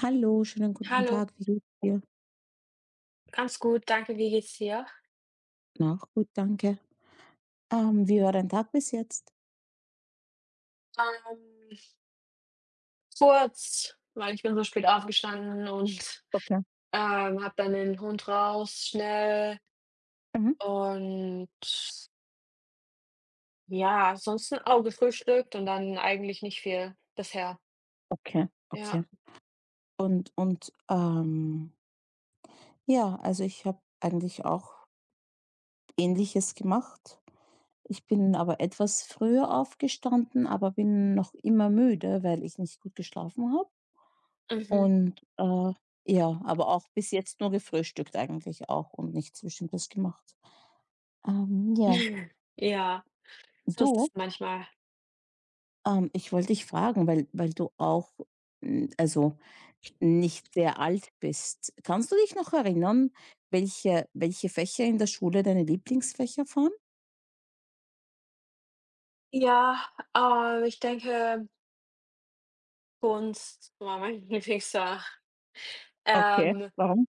Hallo, schönen guten Hallo, Tag. Wie geht's dir? ganz gut, danke. Wie geht's dir? Na, gut, danke. Wie war dein Tag bis jetzt? Ähm, Kurz, weil ich bin so spät aufgestanden und, Okay. ähm, habe dann den Hund raus schnell Mhm. und ja, ansonsten auch gefrühstückt und dann eigentlich nicht viel bisher. Okay, Ja. okay. Und, ja, also ich habe eigentlich auch Ähnliches gemacht. Ich bin aber etwas früher aufgestanden, aber bin noch immer müde, weil ich nicht gut geschlafen habe. Mhm. Und, ja, aber auch bis jetzt nur gefrühstückt eigentlich auch und nichts Bestimmtes gemacht. Ja, Ja, so ist es du? manchmal. Ich wollte dich fragen, weil du auch, also nicht sehr alt bist. Kannst du dich noch erinnern, welche Fächer in der Schule deine Lieblingsfächer waren? Ja, ich denke, Kunst war mein Lieblings. Okay, Ähm, warum?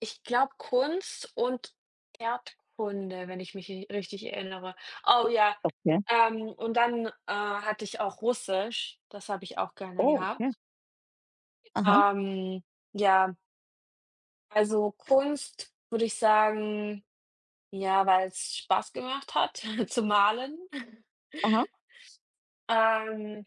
Ich glaube Kunst und Erdkunde, wenn ich mich ri richtig erinnere. Oh ja, Okay. Und dann hatte ich auch Russisch, das habe ich auch gerne Oh, okay. gehabt. Aha. Ähm, ja, also Kunst würde ich sagen, ja, weil es Spaß gemacht hat zu malen. Aha. Ähm,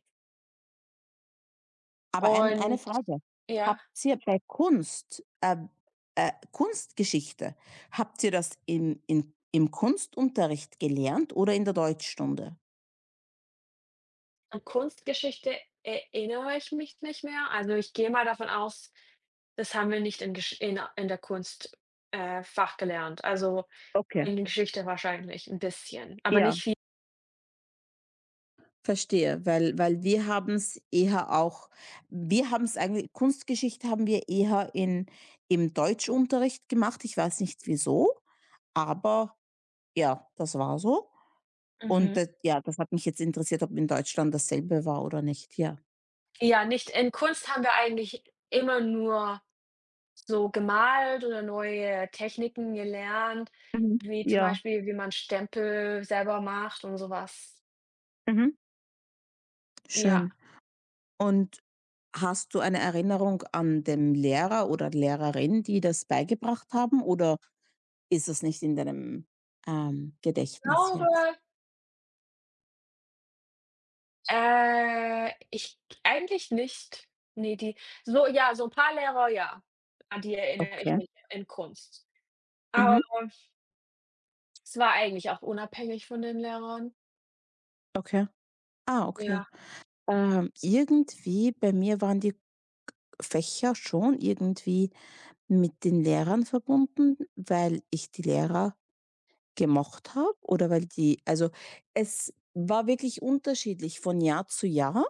Aber eine und Frage. ja, Habt ihr bei Kunst, Kunstgeschichte, habt ihr das im Kunstunterricht gelernt oder in der Deutschstunde? An Kunstgeschichte erinnere ich mich nicht mehr. Also, ich gehe mal davon aus, das haben wir nicht in Gesch in der Kunst, Fach gelernt. Also, Okay, in Geschichte wahrscheinlich ein bisschen, aber ja. nicht viel. Verstehe, weil wir haben es eher auch wir haben es eigentlich Kunstgeschichte haben wir eher in im Deutschunterricht gemacht. Ich weiß nicht wieso, aber ja, das war so. Und Mhm. d ja, das hat mich jetzt interessiert, ob in Deutschland dasselbe war oder nicht, ja. Ja, nicht in Kunst haben wir eigentlich immer nur so gemalt oder neue Techniken gelernt, Mhm. wie zum Ja. Beispiel, wie man Stempel selber macht und sowas. Mhm. Ja, Schön. Und hast du eine Erinnerung an den Lehrer oder Lehrerin, die das beigebracht haben, oder ist es nicht in deinem, ich Gedächtnis jetzt? glaube, ich eigentlich nicht. Ne, die so ja, so ein paar Lehrer, ja, an die erinnere ich Okay. mich in Kunst. Aber Mhm. es war eigentlich auch unabhängig von den Lehrern. Okay. Ah, okay. Ja. Irgendwie bei mir waren die Fächer schon irgendwie mit den Lehrern verbunden, weil ich die Lehrer gemocht habe oder weil die also, es war wirklich unterschiedlich von Jahr zu Jahr.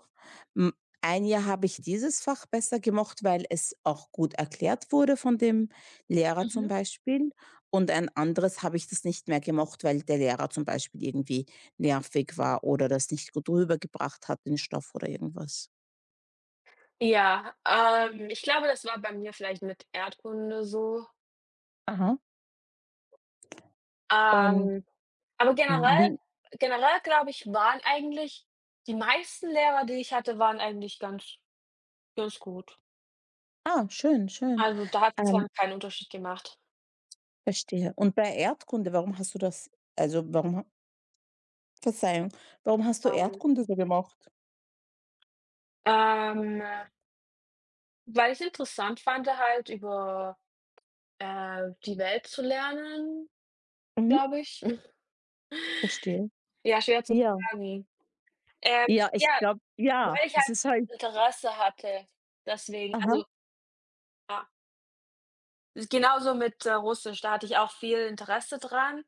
Hm, ein Jahr habe ich dieses Fach besser gemocht, weil es auch gut erklärt wurde von dem Lehrer zum Mhm. Beispiel und ein anderes habe ich das nicht mehr gemocht, weil der Lehrer zum Beispiel irgendwie nervig war oder das nicht gut rübergebracht hat, den Stoff oder irgendwas. Ja, ich glaube, das war bei mir vielleicht mit Erdkunde so. Aha. Und Ähm, aber generell wie generell glaube ich, waren eigentlich die meisten Lehrer, die ich hatte, waren eigentlich ganz gut. Ah, schön, schön. Also, da hat's Ähm, dann keinen Unterschied gemacht. Verstehe. Und bei Erdkunde, warum hast du das also, warum Verzeihung. Warum hast du Ähm, Erdkunde so gemacht? ähm, Weil ich's interessant fand, halt über die Welt zu lernen, Mhm, glaube ich. verstehe. Ja, schwer zu Ja, sagen. Ähm, ja, ich ja glaube ja, Weil ich es halt ist halt Interesse hatte, deswegen. Aha, Also, ja, ist genauso mit Russisch, da hatte ich auch viel Interesse dran,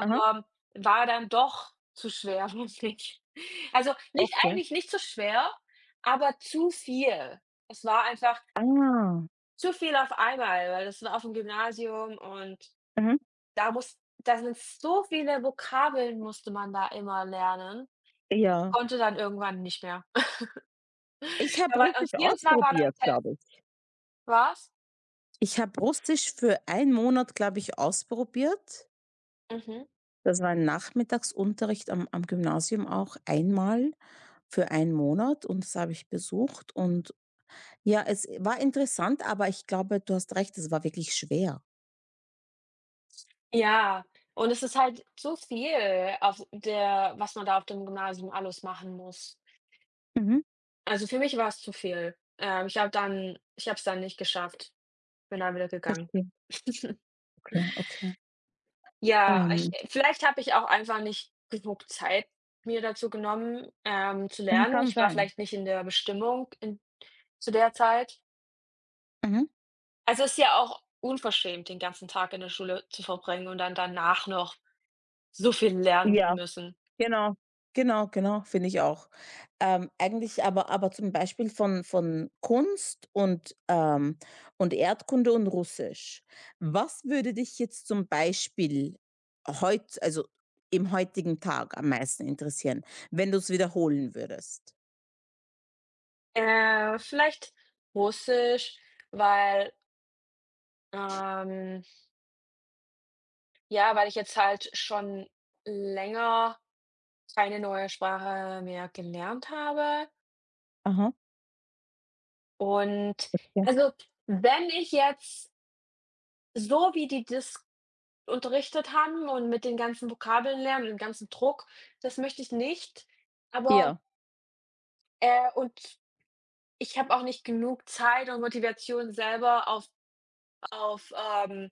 aha. war dann doch zu schwer für mich. Also, nicht Okay. eigentlich nicht so schwer, aber zu viel. Es war einfach Ah, zu viel auf einmal, weil das war auf'm Gymnasium und mhm. da sind so viele Vokabeln musste man da immer lernen, Ja. konnte dann irgendwann nicht mehr. Ich Da habe war und Russisch jedes Mal war ausprobiert, dann glaube ich. was? Ich habe Russisch für einen Monat, glaube ich, ausprobiert. Mhm. Das war ein Nachmittagsunterricht am Gymnasium auch einmal für einen Monat und das habe ich besucht und ja, es war interessant, aber ich glaube, du hast recht, es war wirklich schwer. Ja, und es ist halt so viel auf der was man da auf dem Gymnasium alles machen muss. Mhm, Also, für mich war es zu viel. Ich habe es dann nicht geschafft, bin dann wieder gegangen. verstehe. Okay, okay. Ja, ich Ähm, vielleicht habe ich auch einfach nicht genug Zeit mir dazu genommen zu Mhm, lernen. kann Ich war sein. vielleicht nicht in der Bestimmung in zu der Zeit. Mhm. Also, es ist ja auch unverschämt, den ganzen Tag in der Schule zu verbringen und dann danach noch so viel lernen zu Ja, müssen. genau. Genau, genau, finde ich auch. Eigentlich aber zum Beispiel von Kunst und Erdkunde und Russisch. Was würde dich jetzt zum Beispiel heut also, im heutigen Tag am meisten interessieren, wenn du es wiederholen würdest? Vielleicht Russisch, weil, ähm ja, weil ich jetzt halt schon länger keine neue Sprache mehr gelernt habe. Aha, Und ja. also, wenn ich jetzt so wie die das unterrichtet haben und mit den ganzen Vokabeln lernen und dem ganzen Druck, das möchte ich nicht. Aber Ja. äh, und ich habe auch nicht genug Zeit und Motivation selber auf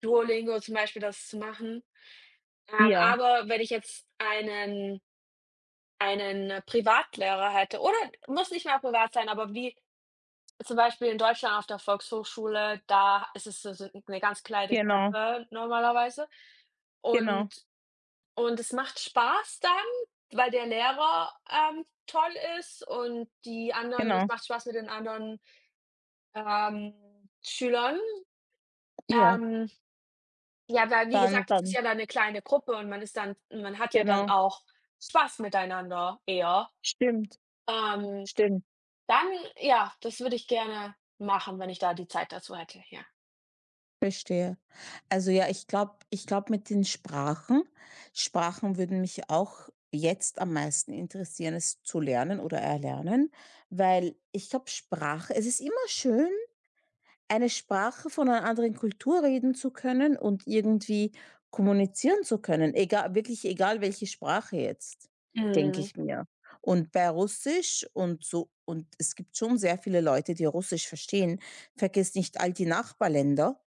Duolingo zum Beispiel das zu machen. Ja, Aber wenn ich jetzt einen Privatlehrer hätte oder muss nicht mal privat sein, aber wie zum Beispiel in Deutschland auf der Volkshochschule, da ist es so 'ne ganz kleine genau, Gruppe normalerweise und genau, und es macht Spaß dann, weil der Lehrer toll ist und die anderen es genau. macht Spaß mit den anderen, ähm, Schülern, Ja. ähm ja, weil wie Dann gesagt, es ist dann ja dann 'ne kleine Gruppe und man ist dann man hat ja dann genau. auch Spaß miteinander eher. Stimmt, Ähm, stimmt. dann ja, das würde ich gerne machen, wenn ich da die Zeit dazu hätte, ja. Verstehe. Also ja, ich glaube mit den Sprachen Sprachen würden mich auch jetzt am meisten interessieren, es zu lernen oder erlernen, weil ich glaube, Sprache es ist immer schön, eine Sprache von einer anderen Kultur reden zu können und irgendwie kommunizieren zu können, egal wirklich egal welche Sprache jetzt, denke Mhm, ich mir. Und bei Russisch und so und es gibt schon sehr viele Leute, die Russisch verstehen. Vergiss nicht all die Nachbarländer.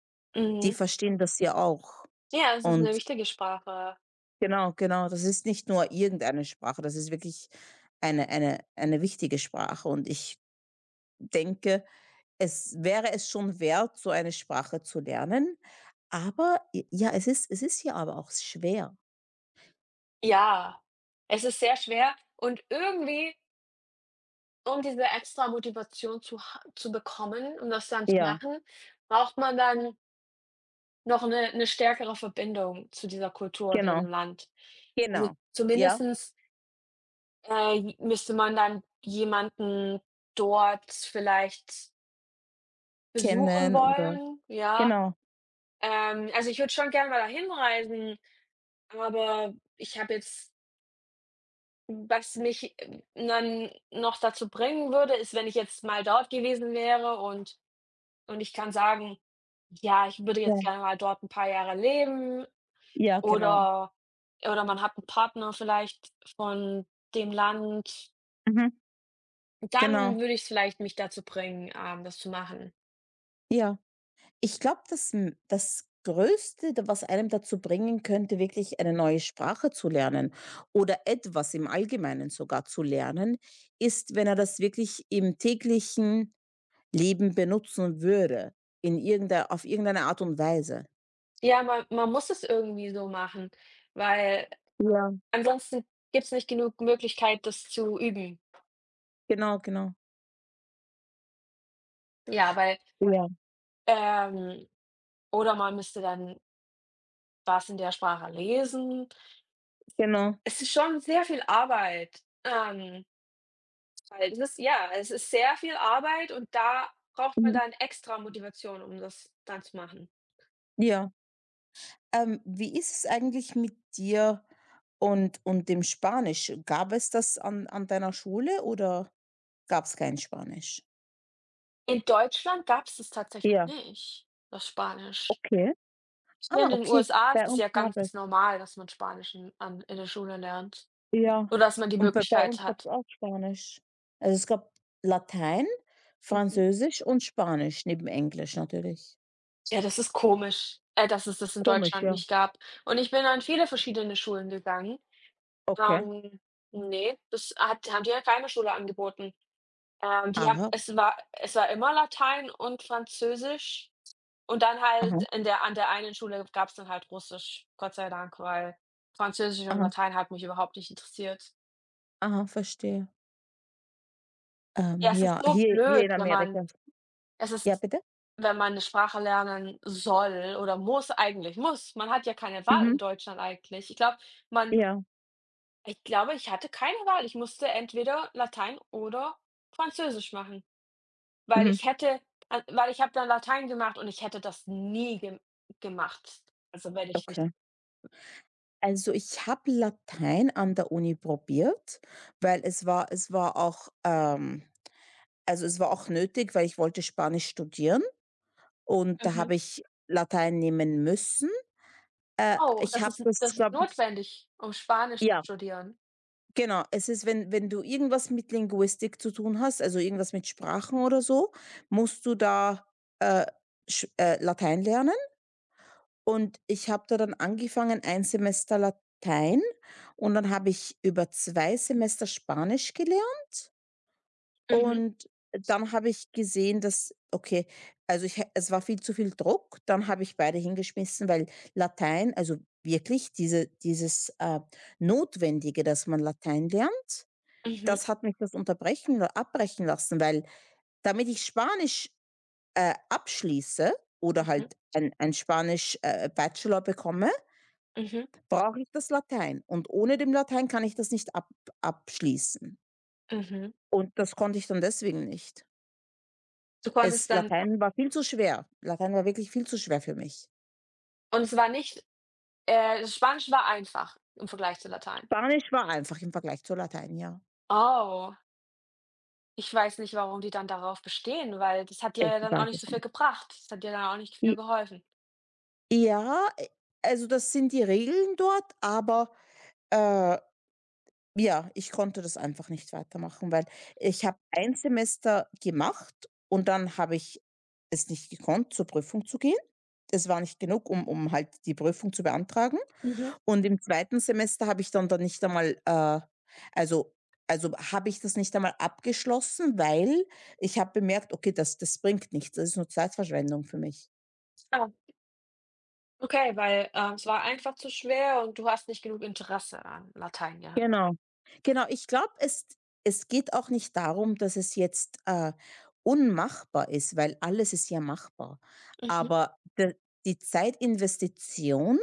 Die mhm. verstehen das ja auch. Ja, es ist 'ne Und wichtige Sprache. genau, genau, das ist nicht nur irgendeine Sprache, das ist wirklich eine eine wichtige Sprache. Und ich denke, es wäre es schon wert, so eine Sprache zu lernen, aber j ja, es ist ja aber auch schwer. Ja, es ist sehr schwer und irgendwie, um diese extra Motivation zu bekommen, um das dann zu Ja, machen, braucht man dann noch 'ne stärkere Verbindung zu dieser Kultur, genau, dem Land. Also, genau. Ja, zumindestens, j müsste man dann jemanden dort vielleicht besuchen kennen oder wollen, ja. genau, Also, ich würde schon gerne mal dahin reisen, aber ich habe jetzt was mich dann noch dazu bringen würde, ist, wenn ich jetzt mal dort gewesen wäre und ich kann sagen: „Ja, ich würde jetzt ja, gerne mal dort 'n paar Jahre leben, ja, genau. Oder oder man hat einen Partner vielleicht von dem Land, Mhm, dann genau, würde ich's vielleicht mich dazu bringen, das zu machen. ja. Ich glaube, das Größte, d was einem dazu bringen könnte, wirklich eine neue Sprache zu lernen oder etwas im Allgemeinen sogar zu lernen, ist, wenn er das wirklich im täglichen Leben benutzen würde, in irgendeiner auf irgendeine Art und Weise. Ja, man muss es irgendwie so machen, weil Ja. ansonsten gibt es nicht genug Möglichkeit, das zu üben. Genau, genau. Ja, weil Ja. ähm, oder man müsste dann was in der Sprache lesen. Genau. Es ist schon sehr viel Arbeit, weil das ist ja, es ist sehr viel Arbeit und da braucht man Mhm. dann extra Motivation, um das dann zu machen. Ja. Wie ist es eigentlich mit dir und dem Spanisch? Gab es das an deiner Schule oder gab es kein Spanisch? In Deutschland gab es das tatsächlich Ja, nicht, das Spanisch. okay. Hier in Ah, den okay. USA ist Bei es uns ja gab es ganz normal, dass man Spanisch in der Schule lernt ja. oder dass man die Und bei Möglichkeit uns gab es hat. auch Spanisch. Also, es gab Latein, Mhm. Französisch und Spanisch neben Englisch natürlich. Ja, das ist komisch, dass es das in Komisch, Deutschland ja. nicht gab. Und ich bin an viele verschiedene Schulen gegangen. Okay. Ähm, ne, das hat haben die ja keine Schule angeboten. Die haben Aha, es war immer Latein und Französisch. Und dann halt aha, in der an der einen Schule gab's dann halt Russisch, Gott sei Dank, weil Französisch und aha, Latein hat mich überhaupt nicht interessiert. aha, verstehe. Ja, es ist Ja, so hier blöd, in wenn man Amerika. es Ja, ist bitte? wenn man 'ne Sprache lernen soll oder muss. Man hat ja keine Wahl Mhm. in Deutschland eigentlich. Ich glaube, man Ja. ich glaube, ich hatte keine Wahl. Ich musste entweder Latein oder Französisch machen, weil Mhm. ich hätte a weil ich habe dann Latein gemacht und ich hätte das nie gemacht, also wenn ich nicht Okay. Also, ich habe Latein an der Uni probiert, weil es war auch, also, es war auch nötig, weil ich wollte Spanisch studieren. Und da mhm. habe ich Latein nehmen müssen. Oh, Ich das habe ist das, das ist glaube ich notwendig, um Spanisch zu ja, studieren? genau. Es ist, wenn du irgendwas mit Linguistik zu tun hast, also irgendwas mit Sprachen oder so, musst du da, äh, sch Latein lernen. Und ich habe da dann angefangen, ein Semester Latein und dann habe ich über 2 Semester Spanisch gelernt. Mhm, Und dann habe ich gesehen, dass okay, also ich hä es war viel zu viel Druck. Dann habe ich beide hingeschmissen, weil Latein also wirklich dieses, Notwendige, dass man Latein lernt, mhm, das hat mich das unterbrechen oder abbrechen lassen, weil damit ich Spanisch, abschließe oder mhm, halt ein Spanisch, Bachelor bekomme, mhm, brauche ich das Latein. Und ohne dem Latein kann ich das nicht ab abschließen. mhm. Und das konnte ich dann deswegen nicht. Du Es konntest dann Latein war viel zu schwer. Latein war wirklich viel zu schwer für mich. und es war nicht, Spanisch war einfach im Vergleich zu Latein. Spanisch war einfach im Vergleich zu Latein, ja. Oh, ich weiß nicht, warum die dann darauf bestehen, weil das hat dir Ich ja dann auch weiß nicht so es viel nicht. gebracht. Das hat dir dann auch nicht viel I geholfen. ja, also das sind die Regeln dort, aber, äh, ja, ich konnte das einfach nicht weitermachen, weil ich habe ein Semester gemacht und dann habe ich es nicht gekonnt, zur Prüfung zu gehen. Es war nicht genug, um halt die Prüfung zu beantragen. Mhm. Und im zweiten Semester habe ich dann da nicht einmal, also also habe ich das nicht einmal abgeschlossen, weil ich habe bemerkt: „Okay, das bringt nichts. Das ist nur Zeitverschwendung für mich.“ Ah, okay, weil es war einfach zu schwer und du hast nicht genug Interesse an Latein gehabt. Genau. Genau, ich glaube, es geht auch nicht darum, dass es jetzt, unmachbar ist, weil alles ist ja machbar. Mhm, Aber d die Zeitinvestition,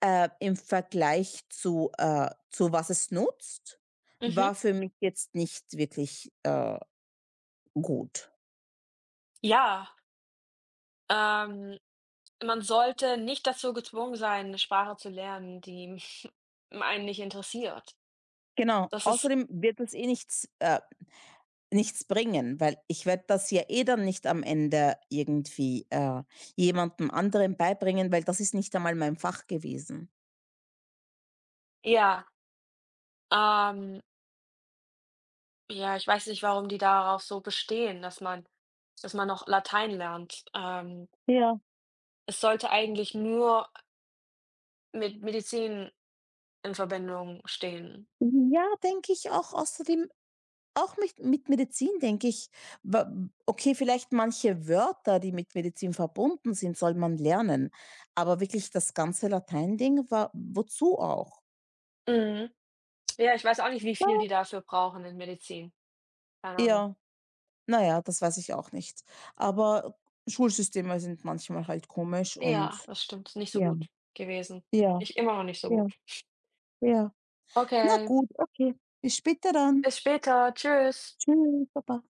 im Vergleich zu was es nutzt, mhm. war für mich jetzt nicht wirklich, gut. Ja, ähm man sollte nicht dazu gezwungen sein, eine Sprache zu lernen, die einen nicht interessiert. Genau. Das ist Außerdem wird es eh nichts bringen, weil ich werde das ja eh dann nicht am Ende irgendwie, jemandem anderen beibringen, weil das ist nicht einmal mein Fach gewesen. ja, ähm, ja, ich weiß nicht, warum die darauf so bestehen, dass man noch Latein lernt. Ja. Es sollte eigentlich nur mit Medizin in Verbindung stehen. Ja, denke ich auch. Außerdem auch mit Medizin denke ich, wa okay, vielleicht manche Wörter, die mit Medizin verbunden sind, soll man lernen, aber wirklich das ganze Latein-Ding war wozu auch? Mhm. Ja, ich weiß auch nicht, wie viel die dafür brauchen in Medizin. Keine Ahnung. Ja. Na ja, das weiß ich auch nicht. Aber Schulsysteme sind manchmal halt komisch Ja, und das stimmt, nicht so ja, gut gewesen. ja, Nicht immer noch nicht so ja, gut. ja. Na Okay, gut, okay. Bis später dann. bis später. Tschüss. Tschüss, baba.